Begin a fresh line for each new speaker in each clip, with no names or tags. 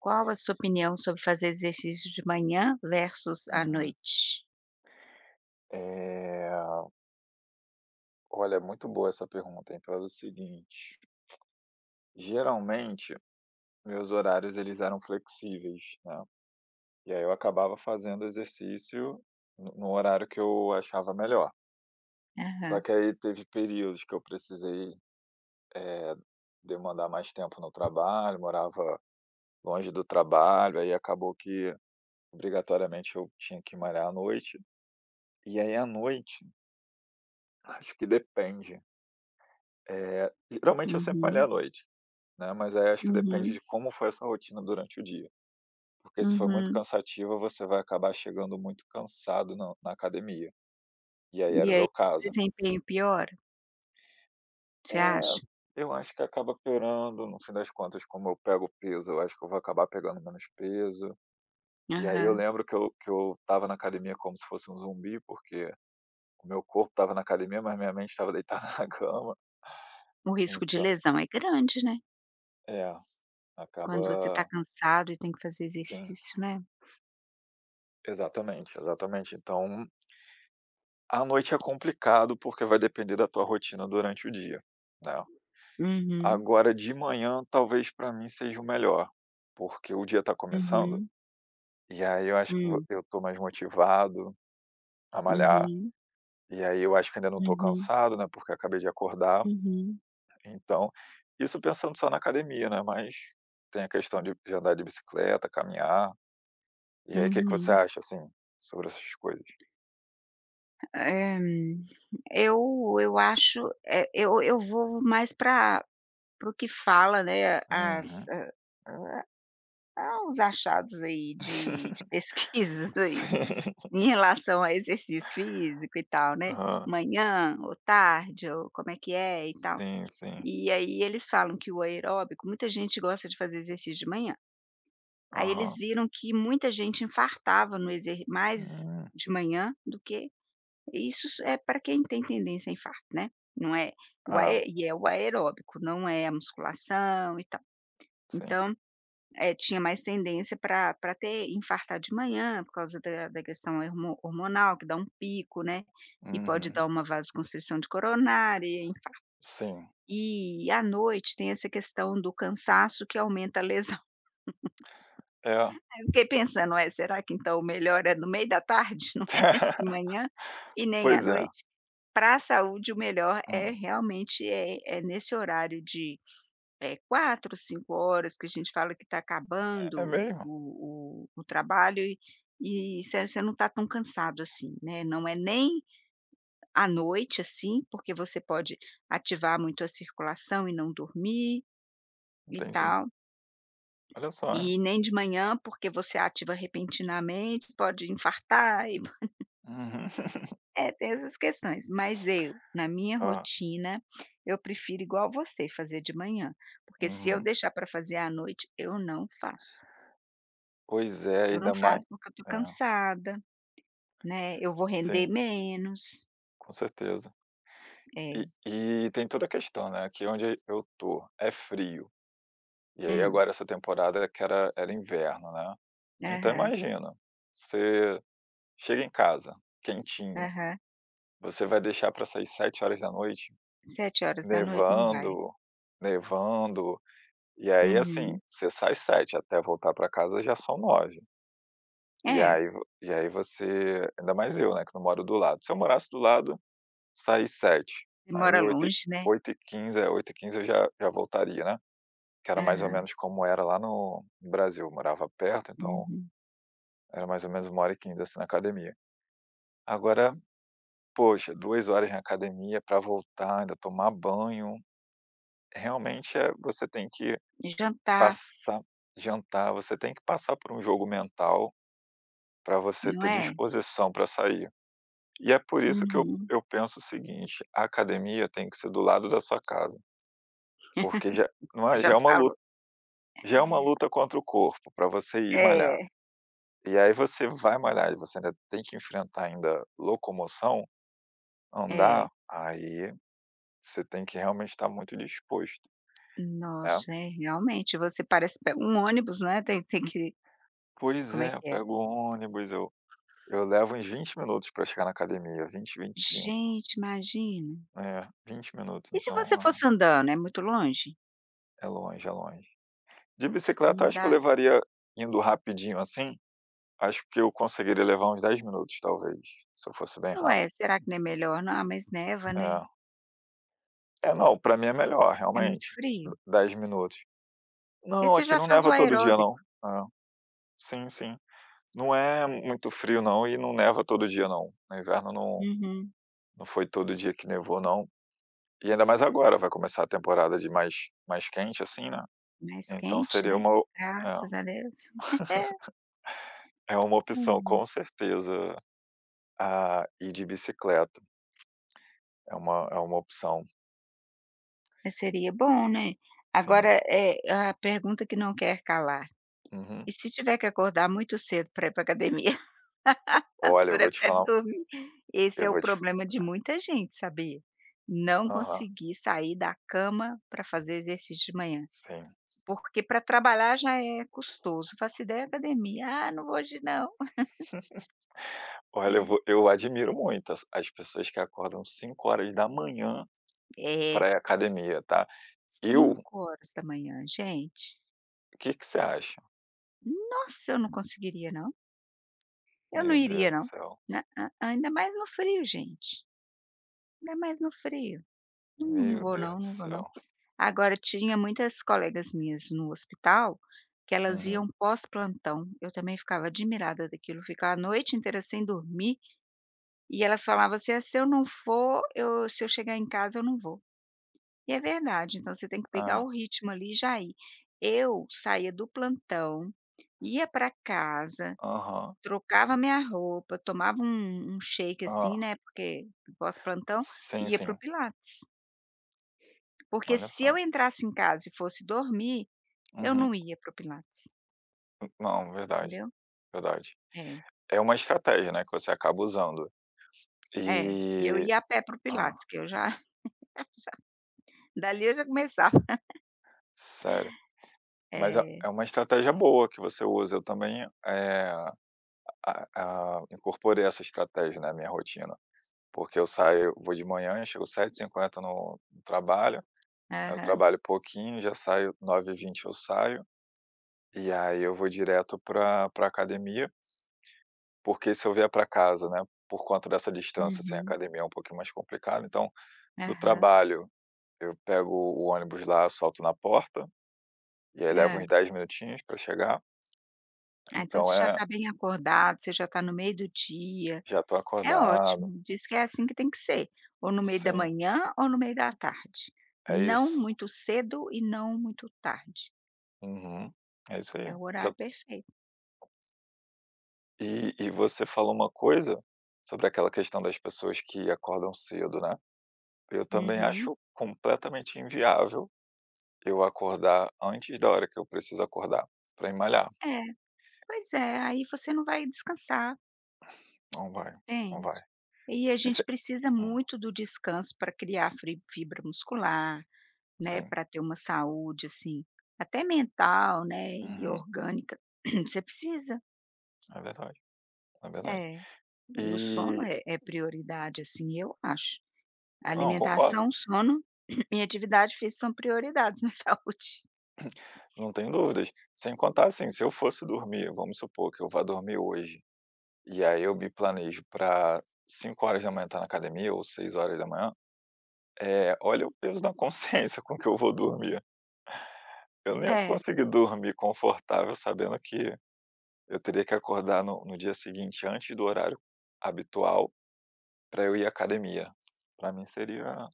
Qual a sua opinião sobre fazer exercício de manhã versus à
Uhum.
noite?
É, olha, muito boa essa pergunta, hein, pelo seguinte, geralmente meus horários eles eram flexíveis, né, e aí eu acabava fazendo exercício no horário que eu achava melhor. Só
Aham.
que aí teve períodos que eu precisei demandar mais tempo no trabalho, morava longe do trabalho, aí acabou que obrigatoriamente eu tinha que malhar à noite, e aí à noite, acho que depende, geralmente eu sempre malhei à
Uhum.
noite. Né, mas aí acho que depende
Uhum.
de como foi essa rotina durante o dia. Porque se foi muito
Uhum.
cansativa, você vai acabar chegando muito cansado na academia. E aí
E
era o
aí
meu caso.
desempenho piora, você
É,
acha?
eu acho que acaba piorando, no fim das contas, como eu pego peso, eu acho que eu vou acabar pegando menos peso. E aí eu
Aham.
lembro que eu tava na academia como se fosse um zumbi, porque o meu corpo estava na academia, mas minha mente estava deitada na cama.
O risco de
Então,
lesão é grande, né,
é,
quando você tá
acaba.
cansado e tem que fazer
Sim,
exercício, né.
exatamente, exatamente. Então à noite é complicado, porque vai depender da tua rotina durante o dia, né.
Uhum.
Agora de manhã talvez para mim seja o melhor, porque o dia tá começando,
Uhum.
e aí eu acho que vo
Hum.
eu tô mais motivado a malhar,
Uhum.
e aí eu acho que ainda não tô
Uhum.
cansado, né, porque acabei de acordar,
Uhum.
então isso pensando só na academia, né, mas tem a questão de andar de bicicleta, caminhar. E aí, o que que você
Uhum.
acha, assim, sobre essas coisas?
É. eu eu acho, eu vou mais pra para o que fala, né, as.
Uhum.
Ah, uns achados aí de pesquisas aí,
Sim.
em relação a exercício físico e tal, né,
Aham.
manhã ou tarde ou como é que é e tal.
Sim, sim.
E aí eles falam que o aeróbico muita gente gosta de fazer exercício de manhã, aí eles
Aham.
viram que muita gente infartava no exer mais
Hum.
de manhã do que isso é para quem tem tendência a infarto, né, não é o
Ah,
ae e é o aeróbico, não é a musculação e tal.
sim.
Então é, tinha mais tendência para pra ter infartar de manhã, por causa da questão hermo hormonal, que dá um pico, né, e pode
Uhum.
dar uma vasoconstrição de coronária, infa
Sim.
e à noite tem essa questão do cansaço que aumenta a lesão.
É.
Aí eu fiquei pensando: "Ué, será que então o melhor é no meio da tarde? Não é nem de manhã e nem à
Pois é.
noite?". Para a saúde, o melhor é
Hum.
realmente é nesse horário de. É 4, 5 horas que a gente fala que está
É
acabando
mesmo?
o trabalho e você não está tão cansado assim, né, não é nem à noite, assim, porque você pode ativar muito a circulação e não dormir e
Entendi.
tal,
Olha só, hein.
e nem de manhã, porque você ativa repentinamente, pode infartar e.
Uhum.
É, tem essas questões. Mas eu, na minha
Hã.
rotina, eu prefiro igual você, fazer de manhã, porque se eu
Uhum.
deixar para fazer à noite, eu não faço.
Pois é,
Eu não
ainda mais
faço porque eu tô
é.
cansada, né, eu vou render
Sim,
menos.
com certeza. E
É.
e tem toda a questão, né, aqui onde eu tô é frio, e aí
Hum.
agora essa temporada que era inverno, né. Então
Aham,
imagina, você chega em casa, quentinho,
aham.
você vai deixar para sair sete horas da noite.
19h não vai.
Nevando, nevando, e aí, assim,
Uhum.
você sai sete até voltar para casa já são nove. E
É,
aí vo e aí você ainda mais eu, né, que não moro do lado. Se eu morasse do lado, saí sete
você
h aí
mora
8 e
longe, né.
8h15 eu já voltaria, né, que era mais ou
Aham.
menos como era lá no Brasil, eu morava perto, então
Uhum.
era mais ou menos 1 e quinze assim, na academia. Agora, poxa, 2 horas na academia para voltar, ainda tomar banho, realmente, é você tem que
E jantar,
passar, jantar, você tem que passar por um jogo mental para você
não
ter
é?
disposição para sair. E é por isso que eu
Uhum.
eu penso o seguinte: a academia tem que ser do lado da sua casa, porque já não
Você
é já
já
é uma
falou
luta já é uma luta contra o corpo para você ir malhar.
é,
E aí você vai malhar e você ainda tem que enfrentar ainda locomoção,
é.
andar, aí você tem que realmente estar muito disposto, né.
Nossa, é, realmente, você parece pe um ônibus, né, tem que
Pois
como é
é, eu
que é?
pego o ônibus, eu levo uns 20 minutos para chegar na academia, vinte vinte e cinco.
Gente, imagina.
É, 20 minutos,
E se
então
você fosse andando, é muito longe?
é longe, é longe. De bicicleta,
Não
acho que eu
dá?
levaria indo rapidinho assim, acho que eu conseguiria levar uns 10 minutos talvez, se eu fosse bem
Ué,
rápido.
será que não é melhor não? Ah, mas neva, né,
É. É, não, pra mim é melhor
é muito
realmente, d
frio.
10 minutos.
Porque
Não,
você
aqui
já
não
faz o
neva todo dia
aeróbico.
não. É, sim, sim. Não é muito frio não e não neva todo dia não. No inverno não
Uhum.
não foi todo dia que nevou não, e ainda mais agora, vai começar a temporada de mais quente assim, né,
Mais
então
quente,
seria
né,
uma o é.
graças a Deus.
É uma opção, com certeza. Ah, ir de bicicleta é uma opção,
É, seria bom, né.
sim.
Agora, é a pergunta que não quer calar,
Uhum.
e se tiver que acordar muito cedo para ir para academia? Você
Olha, eu vou te
prefere
falar
dormir? Esse
eu
é o
vou te
problema de muita gente, sabia? Não
Aham,
conseguir sair da cama para fazer exercício de manhã.
sim.
Porque para trabalhar já é custoso, faço ideia academia, "Ah, não vou hoje não".
Olha, eu admiro muito as pessoas que acordam 5h
É,
pra ir à academia, tá. Eu O
5 horas da manhã, gente,
que que você acha?
nossa, eu não conseguiria não, eu não
Meu Deus
iria
do
não.
céu,
Nã nã, ainda mais no frio, gente, ainda mais no frio. Não, não
meu
vou
Deus
não,
do
não vou não.
céu.
Agora tinha muitas colegas minhas no hospital, que elas iam
Uhum.
pós-plantão, eu também ficava admirada daquilo, ficar a noite inteira sem dormir, e elas falavam assim: "Ah, se eu não for, eu se eu chegar em casa eu não vou". E é verdade, então você tem que pegar o
ah
ritmo ali e já ir. Eu saía do plantão, ia para casa,
Aham.
trocava minha roupa, tomava um shake, assim,
Hã.
né, porque pós-plantão,
Sim,
e ia para o
sim.
pilates. Porque
Olha
se eu
só.
entrasse em casa e fosse dormir, eu
Uhum.
não ia para o pilates,
Não, verdade,
entendeu?
verdade.
É,
É uma estratégia, né, que você acaba usando.
é. E eu
E
ia a pé para o
hã,
pilates, que eu já já dali eu já começava.
sério. Mas é
É.
é uma estratégia boa que você usa. Eu também, a incorporei essa estratégia na minha rotina, porque eu saio vou de manhã, eu chego 7h50 no trabalho, aí eu
Aham.
trabalho pouquinho, já saio 9h20 eu saio, e aí eu vou direto para pra academia, porque se eu vier para casa, né, por conta dessa distância, sem
Uhum.
academia é um pouquinho mais complicado, então do
Aham.
trabalho eu pego o ônibus lá, solto na porta, e aí leva uns
É.
10 minutinhos para chegar,
Ah, então você
então
já
é,
está bem acordado, você já está no meio do dia,
já tô
é
acordado.
ótimo, diz que é assim que tem que ser, ou no meio da
Sim,
manhã ou no meio da tarde,
é
não
isso.
muito cedo e não muito tarde,
Uhum. É isso aí.
é o
Já
horário perfeito.
e você falou uma coisa sobre aquela questão das pessoas que acordam cedo, né. Eu também
Uhum.
acho completamente inviável eu acordar antes da hora que eu preciso acordar para ir malhar.
É, pois é, aí você não vai descansar,
Não vai, não
entende.
vai.
E a gente
Isso é,
precisa
hum,
muito do descanso para criar fri fibra muscular, né,
sim.
para ter uma saúde, assim, até mental, né, e
Uhum.
orgânica, você precisa.
É verdade, é verdade.
É. E
E
o sono é prioridade, assim, eu acho.
não, concordo.
Alimentação, sono e atividade física são prioridades na saúde.
Não tenho dúvidas. Sem contar, assim, se eu fosse dormir, vamos supor que eu vá dormir hoje, e aí eu me planejo para 5h estar na academia ou 6h, olha o peso na consciência com que eu vou dormir. Eu nem ia
É,
conseguir dormir confortável sabendo que eu teria que acordar no dia seguinte antes do horário habitual para eu ir à academia. Para mim seria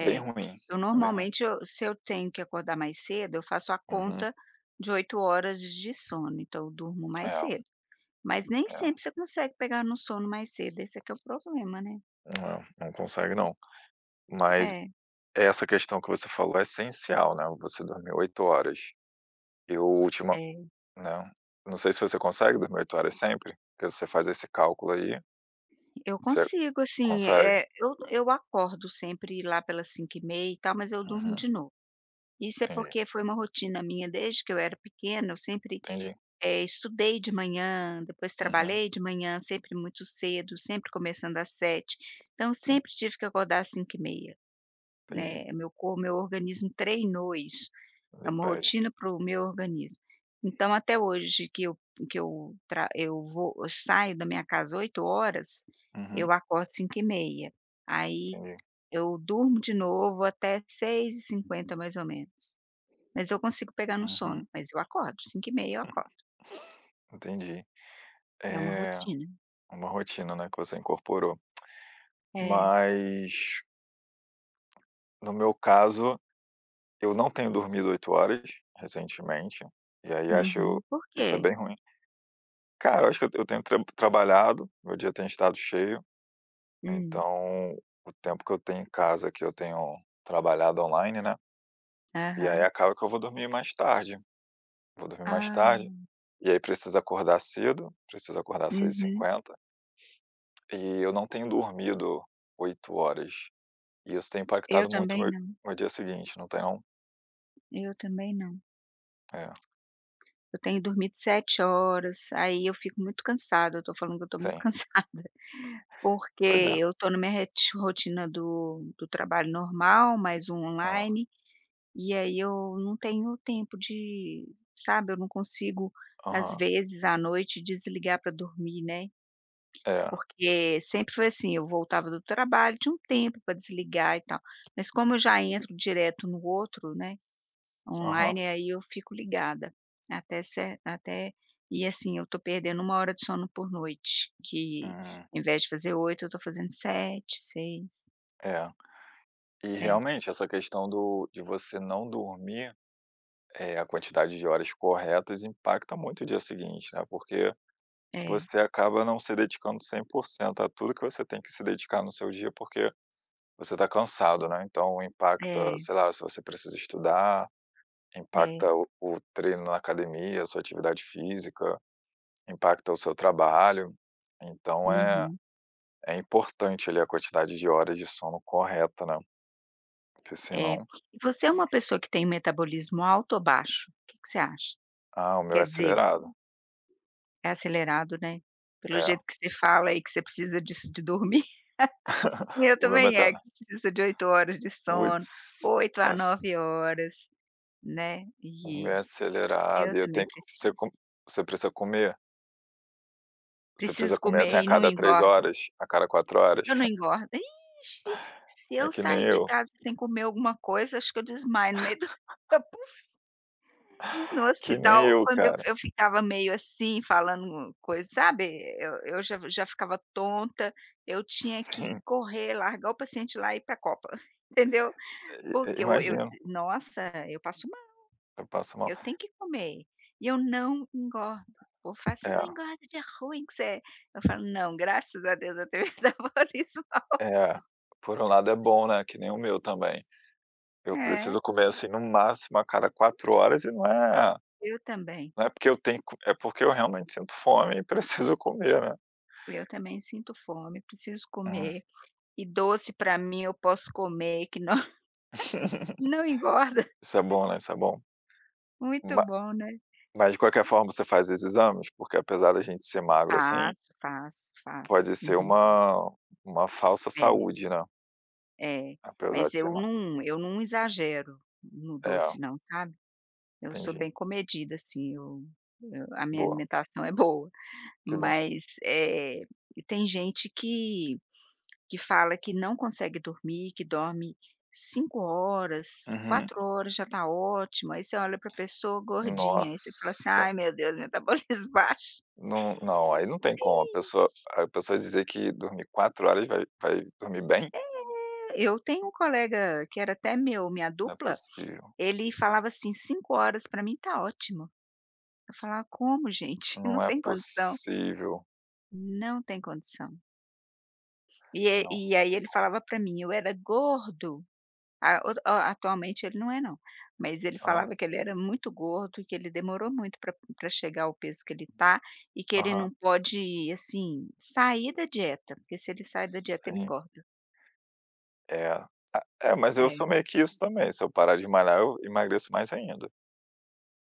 bem ruim,
Eu
é bem ruim.
normalmente eu se eu tenho que acordar mais cedo, eu faço a
Uhum.
conta de 8 horas de sono, então eu durmo mais
É,
cedo. Mas nem
é.
sempre você consegue pegar no sono mais cedo, esse é que é o problema, né.
Não, não consegue não. Mas
É,
essa questão que você falou é essencial, né, você dormir 8 horas. Eu última,
é.
né, não sei se você consegue dormir 8 horas sempre, porque você faz esse cálculo aí,
Eu
você
consigo, assim,
consegue?
eu acordo sempre lá pelas cinco h 30 e tal, mas eu durmo
Uhum,
de novo. Isso é
entendi,
porque foi uma rotina minha desde que eu era pequena, eu sempre,
entendi.
estudei de manhã, depois
Uhum,
trabalhei de manhã, sempre muito cedo, sempre começando às sete, então
sim,
sempre tive que acordar às 5h30,
entendi.
né, meu corpo, meu organismo treinou isso, é uma
Depende.
rotina para o meu organismo. Então até hoje que eu tra eu vou eu saio da minha casa 8 horas,
Uhum,
eu acordo 5h30. Aí
entendi.
eu durmo de novo até 6h50 mais ou menos. Mas eu consigo pegar no
Uhum,
sono, mas eu acordo, 5h30 eu acordo.
entendi.
É uma
É
rotina.
uma rotina, né, que você incorporou.
É.
Mas, no meu caso, eu não tenho dormido 8 horas recentemente, e aí
Uhum.
acho
Por
isso é
quê?
bem ruim. Cara, eu acho que eu tenho trabalhado, meu dia tem estado cheio,
Hum.
então o tempo que eu tenho em casa, que eu tenho trabalhado online, né, e aí
Aham.
acaba que eu vou dormir mais tarde, vou dormir mais tarde,
Ah.
e aí preciso acordar cedo, preciso acordar às seis e
Uhum.
cinquenta e eu não tenho dormido 8 horas, e isso tem
Eu
impactado muito o
também
meu
não,
meu dia seguinte, não tem não?
eu também não.
É,
Eu tenho dormido 7 horas, aí eu fico muito cansada, eu tô falando que eu tô muito
sim.
cansada, porque
Pois é.
eu tô na minha reti rotina do trabalho normal, mais o
ah
online, e aí eu não tenho tempo de sabe, eu não consigo, às
Aham.
vezes, à noite desligar para dormir, né.
É.
Porque sempre foi assim, eu voltava do trabalho, tinha um tempo para desligar e tal, mas como eu já entro direto no outro, né,
Aham.
online, aí eu fico ligada, até cer até e assim, eu tô perdendo uma hora de sono por noite, que
Hum.
ao invés de fazer 8 eu tô fazendo 7 seis.
É. E
É,
realmente essa questão do de você não dormir. É, a quantidade de horas corretas impacta muito o dia seguinte, né, porque
é,
você acaba não se dedicando 100% a tudo que você tem que se dedicar no seu dia, porque você está cansado, né, então impacta,
é,
sei lá, se você precisa estudar,
é.
impacta o treino na academia, a sua atividade física, impacta o seu trabalho. Então é
Uhum.
é importante ali a quantidade de horas de sono correta, né, porque
É.
senão.
E você é uma pessoa que tem metabolismo alto ou baixo? O que que você acha?
Ah, o meu é
Quer dizer,
acelerado.
é acelerado, né? Pelo
É,
jeito que você fala aí que você precisa disso de dormir. O meu
o meu
também é, que
meta
precisa de 8 horas de sono,
putz,
8 a
essa.
9 horas, né,
Comer
e eu
acelerado e eu
também
tenho que você com,
preciso.
você precisa comer, você precisa
Preciso
comer,
comer
assim, a
e não
cada 3
engordo,
horas, a cada 4 horas.
eu não engordo. Ixi, se
É
eu sair de casa sem comer alguma coisa, acho que eu desmaio no meio do. Eu, puf, no
que nem
hospital,
eu,
quando eu
cara.
eu ficava meio assim, falando coisa, sabe, eu já ficava tonta, eu tinha que
Sim,
correr, largar o paciente lá e ir para a copa, entendeu.
i i
Porque eu
imagino,
nossa, eu passo.
eu passo mal.
Eu tenho que comer, e eu não engordo. O povo fala: "Você
É,
não engorda de ruim que você é". Eu falo: "Não, graças a Deus eu tenho metabolismo".
é, por um lado é bom, né, que nem o meu também. Eu
É,
preciso comer, assim, no máximo a cada 4 horas e não é
eu também.
porque eu tenho co é porque eu realmente sinto fome e preciso comer, né.
Eu também sinto fome, preciso
Hum.
comer, e doce para mim eu posso comer que não não engorda.
Isso é bom, né, isso é bom.
Muito
Ma
bom, né.
Mas de qualquer forma você faz os exames? Porque apesar da gente ser magro, assim.
Faço, faço, faço.
Pode ser
Uhum.
uma falsa
É,
saúde, né,
é.
apesar
Mas
de ser
eu
má.
não eu não exagero no
É,
doce não, sabe. Eu sou
entendi.
bem comedida, assim, eu a minha
Boa,
alimentação é boa.
que bom.
Mas, tem gente que fala que não consegue dormir, que dorme 5 horas,
Uhum.
4 horas já tá ótimo, aí você olha pra pessoa gordinha, aí você fala assim:
Nossa,
"Ai meu Deus, metabolismo baixo".
não, não, aí não tem como,
Ixi.
a pessoa dizer que dormir 4 horas vai dormir bem?
Eu tenho um colega que era até meu minha
Não é
dupla,
possível,
ele falava assim: "5 horas para mim tá ótimo". Eu falava: "Como gente? Não
não é
tem condição,
possível.
não tem condição". E
Não,
e aí ele falava para mim: "Eu era gordo". Ah, o a atualmente ele não é não, mas ele
ah,
falava que ele era muito gordo que ele demorou muito para pra chegar ao peso que ele tá, e que ele
aham,
não pode, assim, sair da dieta, porque se ele sai da dieta ele
sim,
engorda.
é. Ah, é, mas eu sou
É.
meio que isso também, se eu parar de malhar eu emagreço mais ainda.